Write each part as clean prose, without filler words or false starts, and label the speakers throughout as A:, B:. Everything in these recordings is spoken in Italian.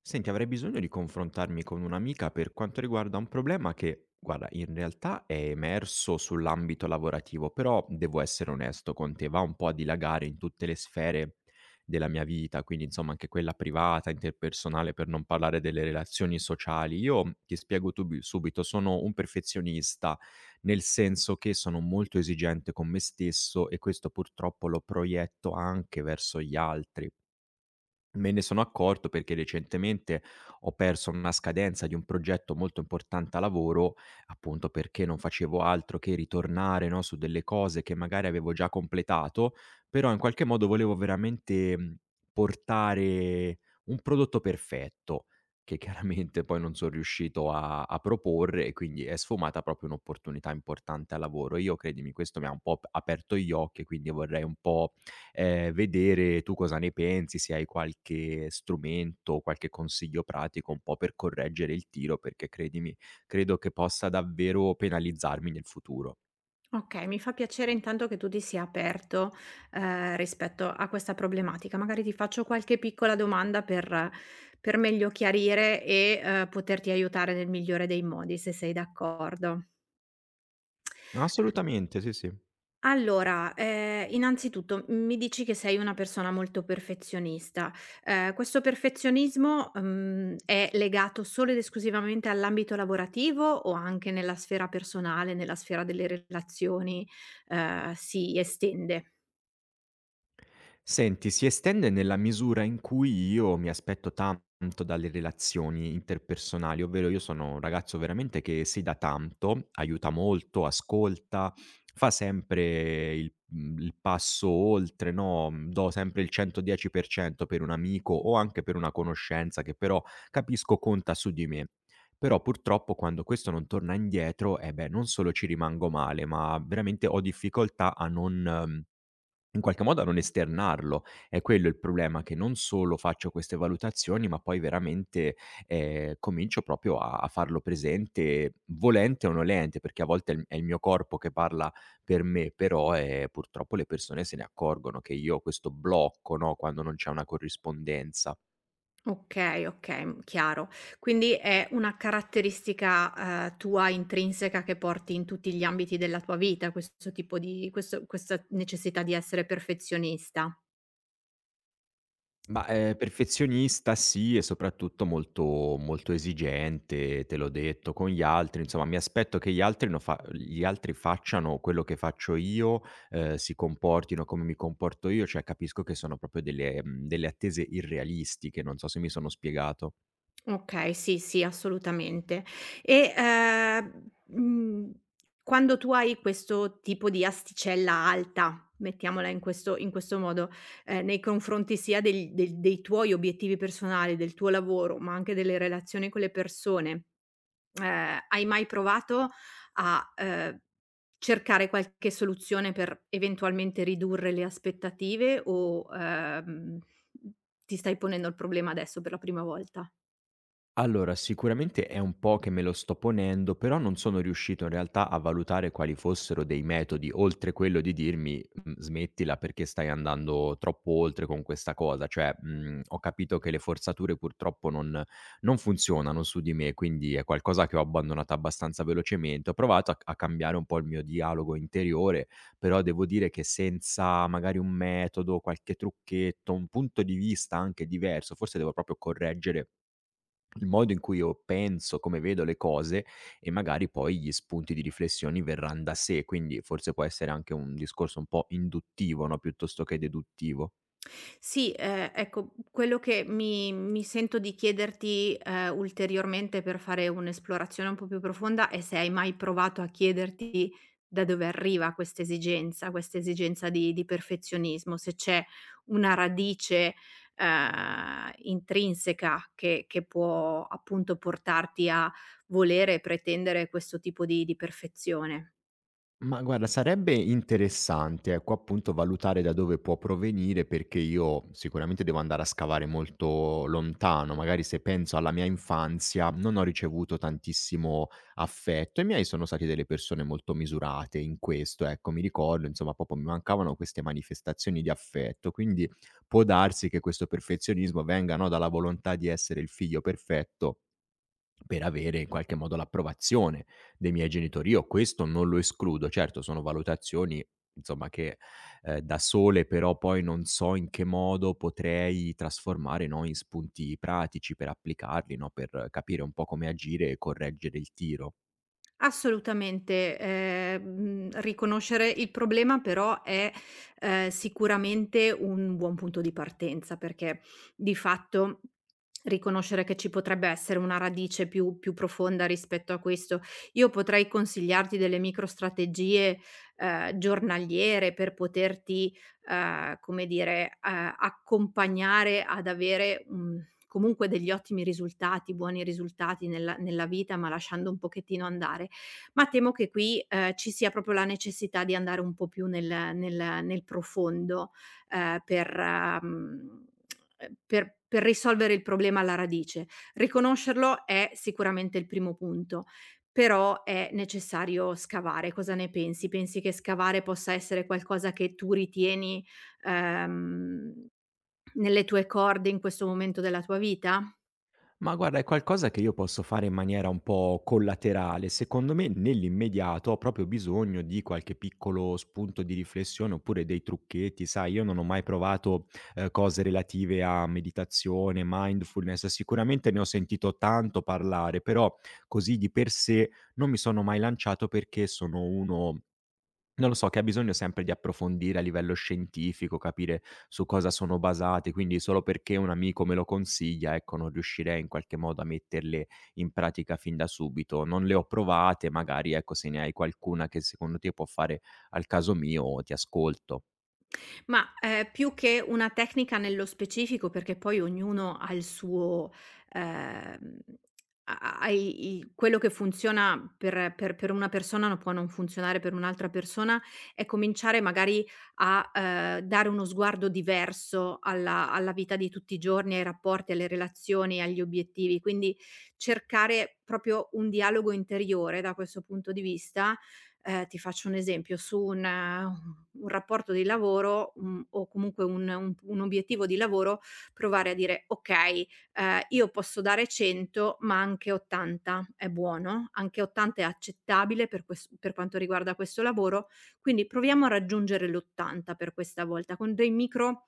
A: Senti, avrei bisogno di confrontarmi con un'amica per quanto riguarda un problema che, guarda, in realtà è emerso sull'ambito lavorativo, però devo essere onesto con te, va un po' a dilagare in tutte le sfere della mia vita, quindi insomma anche quella privata, interpersonale, per non parlare delle relazioni sociali. Io ti spiego subito, sono un perfezionista, nel senso che sono molto esigente con me stesso e questo purtroppo lo proietto anche verso gli altri. Me ne sono accorto perché recentemente ho perso una scadenza di un progetto molto importante a lavoro, appunto perché non facevo altro che ritornare, no, su delle cose che magari avevo già completato, però in qualche modo volevo veramente, portare un prodotto perfetto, che chiaramente poi non son riuscito a proporre e quindi è sfumata proprio un'opportunità importante a lavoro. Io credimi, questo mi ha un po' p aperto gli occhi e quindi vorrei un po' vedere tu cosa ne pensi, se hai qualche strumento, qualche consiglio pratico un po' per correggere il tiro, perché credimi, credo che possa davvero penalizzarmi nel futuro.
B: Okay, mi fa piacere intanto che tu ti sia aperto, rispetto a questa problematica. Magari ti faccio qualche piccola domanda per meglio chiarire e, poterti aiutare nel migliore dei modi, se sei d'accordo.
A: Assolutamente, sì, sì.
B: Allora, innanzitutto, mi dici che sei una persona molto perfezionista. Questo perfezionismo, mhmm, è legato solo ed esclusivamente all'ambito lavorativo o anche nella sfera personale, nella sfera delle relazioni, si estende?
A: Senti, si estende nella misura in cui io mi aspetto tanto dalle relazioni interpersonali, ovvero io sono un ragazzo veramente che si dà tanto, aiuta molto, ascolta, fa sempre il passo oltre, no, do sempre il 110% per cento per un amico o anche per una conoscenza che però capisco conta su di me. Però purtroppo quando questo non torna indietro, eh beh, non solo ci rimango male, ma veramente ho difficoltà a non in qualche modo a non esternarlo. È quello il problema, che non solo faccio queste valutazioni, ma poi veramente, comincio proprio a farlo presente, volente o nolente, perché a volte è il mio corpo che parla per me, però, purtroppo le persone se ne accorgono che io ho questo blocco, no, quando non c'è una corrispondenza.
B: Okay, okay, mhmm, chiaro. Quindi è una caratteristica, tua intrinseca che porti in tutti gli ambiti della tua vita, questo tipo di questo questa necessità di essere perfezionista.
A: Ma, perfezionista sì e soprattutto molto molto esigente, te l'ho detto, con gli altri, insomma mi aspetto che gli altri no fa gli altri facciano quello che faccio io, si comportino come mi comporto io, cioè capisco che sono proprio delle attese irrealistiche, non so se mi sono spiegato.
B: Okay, sì, sì, assolutamente. E, quando tu hai questo tipo di asticella alta, mettiamola in questo modo, nei confronti sia del del dei tuoi obiettivi personali, del tuo lavoro, ma anche delle relazioni con le persone, hai mai provato a, cercare qualche soluzione per eventualmente ridurre le aspettative o, ti stai ponendo il problema adesso per la prima volta?
A: Allora, sicuramente è un po' che me lo sto ponendo, però non sono riuscito in realtà a valutare quali fossero dei metodi, oltre quello di dirmi: Smettila perché stai andando troppo oltre con questa cosa". Cioè, ho capito che le forzature purtroppo non funzionano su di me, quindi è qualcosa che ho abbandonato abbastanza velocemente. Ho provato a cambiare un po' il mio dialogo interiore, però devo dire che senza magari un metodo, qualche trucchetto, un punto di vista anche diverso, forse devo proprio correggere il modo in cui io penso, come vedo le cose e magari poi gli spunti di riflessioni verran da sé, quindi forse può essere anche un discorso un po' induttivo, no, piuttosto che deduttivo.
B: Sì, ecco, quello che mi sento di chiederti, ulteriormente per fare un'esplorazione un po' più profonda è se hai mai provato a chiederti da dove arriva questa esigenza di perfezionismo, se c'è una radice, intrinseca che può appunto portarti a volere e pretendere questo tipo di perfezione.
A: Ma guarda, sarebbe interessante, ecco, appunto valutare da dove può provenire, perché io sicuramente devo andare a scavare molto lontano. Magari se penso alla mia infanzia, non ho ricevuto tantissimo affetto. I miei sono stati delle persone molto misurate in questo, ecco, mi ricordo, insomma, proprio mi mancavano queste manifestazioni di affetto. Quindi può darsi che questo perfezionismo venga, no, dalla volontà di essere il figlio perfetto per avere in qualche modo l'approvazione dei miei genitori. Io questo non lo escludo. Certo, sono valutazioni insomma che, da sole però poi non so in che modo potrei trasformare, no, in spunti pratici per applicarli, no, per capire un po' come agire e correggere il tiro.
B: Assolutamente, riconoscere il problema però è, sicuramente un buon punto di partenza, perché di fatto riconoscere che ci potrebbe essere una radice più profonda rispetto a questo. Io potrei consigliarti delle micro strategie, giornaliere per poterti, accompagnare ad avere, mhmm, comunque degli ottimi risultati, buoni risultati nella vita, ma lasciando un pochettino andare. Ma temo che qui, ci sia proprio la necessità di andare un po' più nel profondo, per mhmm, per risolvere il problema alla radice. Riconoscerlo è sicuramente il primo punto, però è necessario scavare. Cosa ne pensi? Pensi che scavare possa essere qualcosa che tu ritieni, ehm, nelle tue corde in questo momento della tua vita?
A: Ma guarda, è qualcosa che io posso fare in maniera un po' collaterale. Secondo me, nell'immediato ho proprio bisogno di qualche piccolo spunto di riflessione oppure dei trucchetti. Sai, io non ho mai provato cose relative a meditazione, mindfulness. Sicuramente ne ho sentito tanto parlare, però così di per sé non mi sono mai lanciato perché sono uno non lo so, che ha bisogno sempre di approfondire a livello scientifico, capire su cosa sono basate, quindi solo perché un amico me lo consiglia, ecco, non riuscirei in qualche modo a metterle in pratica fin da subito. Non le ho provate, magari ecco, se ne hai qualcuna che secondo te può fare al caso mio, ti ascolto.
B: Ma, più che una tecnica nello specifico, perché poi ognuno ha il suo ehm, ha ha ha i i quello che funziona per una persona no può non funzionare per un'altra persona, è cominciare magari a, dare uno sguardo diverso alla vita di tutti i giorni, ai rapporti, alle relazioni, agli obiettivi. Quindi cercare proprio un dialogo interiore da questo punto di vista. Ti faccio un esempio, su un rapporto di lavoro, mhmm, o comunque un obiettivo di lavoro, provare a dire: "Okay, io posso dare 100 ma anche 80 è buono, anche 80 è accettabile per ques per quanto riguarda questo lavoro, quindi proviamo a raggiungere l'80 per questa volta", con dei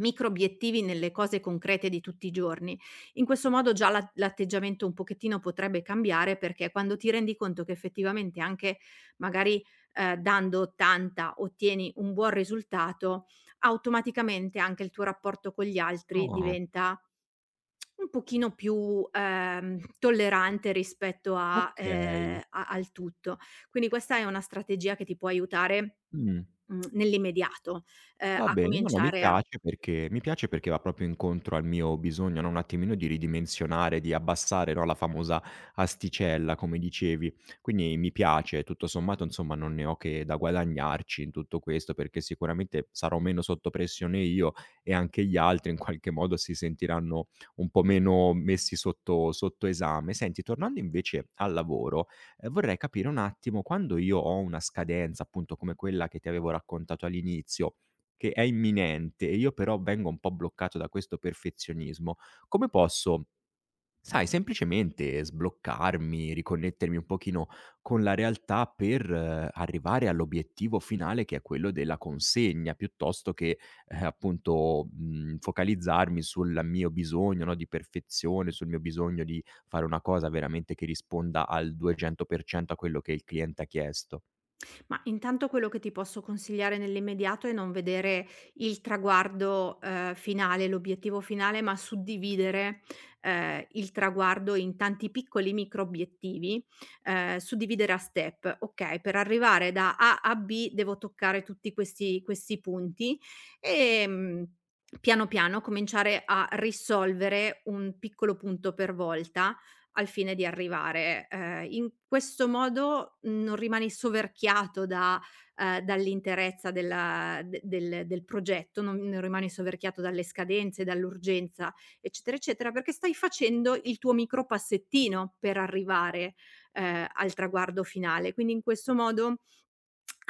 B: micro obiettivi nelle cose concrete di tutti i giorni. In questo modo già l'atteggiamento un pochettino potrebbe cambiare, perché quando ti rendi conto che effettivamente anche magari, dando 80 ottieni un buon risultato, automaticamente anche il tuo rapporto con gli altri
A: Ah,
B: diventa un pochino più, tollerante rispetto a
A: okay.
B: a al tutto. Quindi questa è una strategia che ti può aiutare,
A: Mh.
B: mhmm, nell'immediato,
A: Va
B: a
A: bene, no, no,
B: cominciare a.
A: mi piace perché va proprio incontro al mio bisogno, no, un attimino di ridimensionare, di abbassare, no, la famosa asticella, come dicevi. Quindi mi piace, tutto sommato, insomma, non ne ho che da guadagnarci in tutto questo, perché sicuramente sarò meno sotto pressione io e anche gli altri in qualche modo si sentiranno un po' meno messi sotto esame. Senti, tornando invece al lavoro, vorrei capire un attimo, quando io ho una scadenza, appunto, come quella che ti avevo raccontato all'inizio, che è imminente e io però vengo un po' bloccato da questo perfezionismo, come posso, sai, semplicemente sbloccarmi, riconnettermi un pochino con la realtà per arrivare all'obiettivo finale che è quello della consegna, piuttosto che, focalizzarmi sul mio bisogno, no, di perfezione, sul mio bisogno di fare una cosa veramente che risponda al 200% a quello che il cliente ha chiesto.
B: Ma intanto quello che ti posso consigliare nell'immediato è non vedere il traguardo, finale, l'obiettivo finale, ma suddividere, il traguardo in tanti piccoli micro obiettivi, suddividere a step. Okay, per arrivare da A a B devo toccare tutti questi punti, ehm, piano piano cominciare a risolvere un piccolo punto per volta al fine di arrivare. In questo modo non rimani soverchiato da dall'interezza della de del del progetto, non rimani soverchiato dalle scadenze, dall'urgenza, eccetera, eccetera, perché stai facendo il tuo micro passettino per arrivare, al traguardo finale. Quindi in questo modo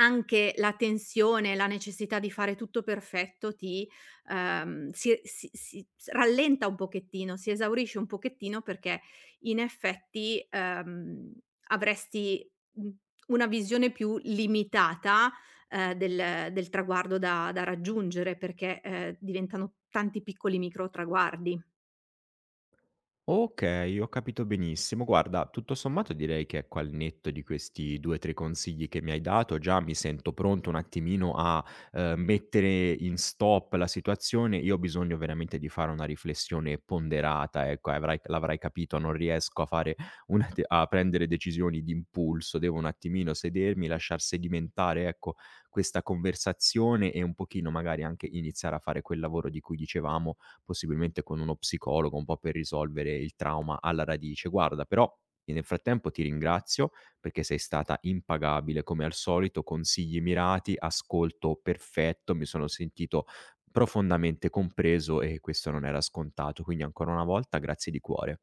B: anche la tensione, la necessità di fare tutto perfetto ti si si si s rallenta un pochettino, si esaurisce un pochettino perché in effetti, avresti, mhmm, una visione più limitata, del traguardo da raggiungere perché, diventano tanti piccoli micro traguardi.
A: Okay, ho capito benissimo. Guarda, tutto sommato direi che ecco, al netto di questi 2, 3 consigli che mi hai dato, già mi sento pronto un attimino a, mettere in stop la situazione. Io ho bisogno veramente di fare una riflessione ponderata, ecco, avrai l'avrai capito, non riesco a fare una de a prendere decisioni d'impulso, devo un attimino sedermi, lasciar sedimentare, ecco, questa conversazione e un pochino magari anche iniziare a fare quel lavoro di cui dicevamo, possibilmente con uno psicologo, un po' per risolvere il trauma alla radice. Guarda, però nel frattempo ti ringrazio perché sei stata impagabile come al solito, consigli mirati, ascolto perfetto, mi sono sentito profondamente compreso e questo non era scontato, quindi ancora una volta grazie di cuore.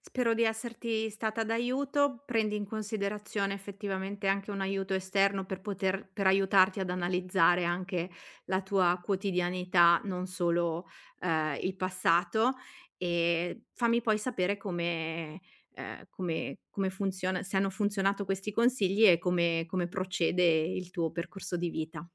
B: Spero di esserti stata d'aiuto. Prendi in considerazione effettivamente anche un aiuto esterno per poter per aiutarti ad analizzare anche la tua quotidianità, non solo, il passato e fammi poi sapere come come funziona, se hanno funzionato questi consigli e come procede il tuo percorso di vita.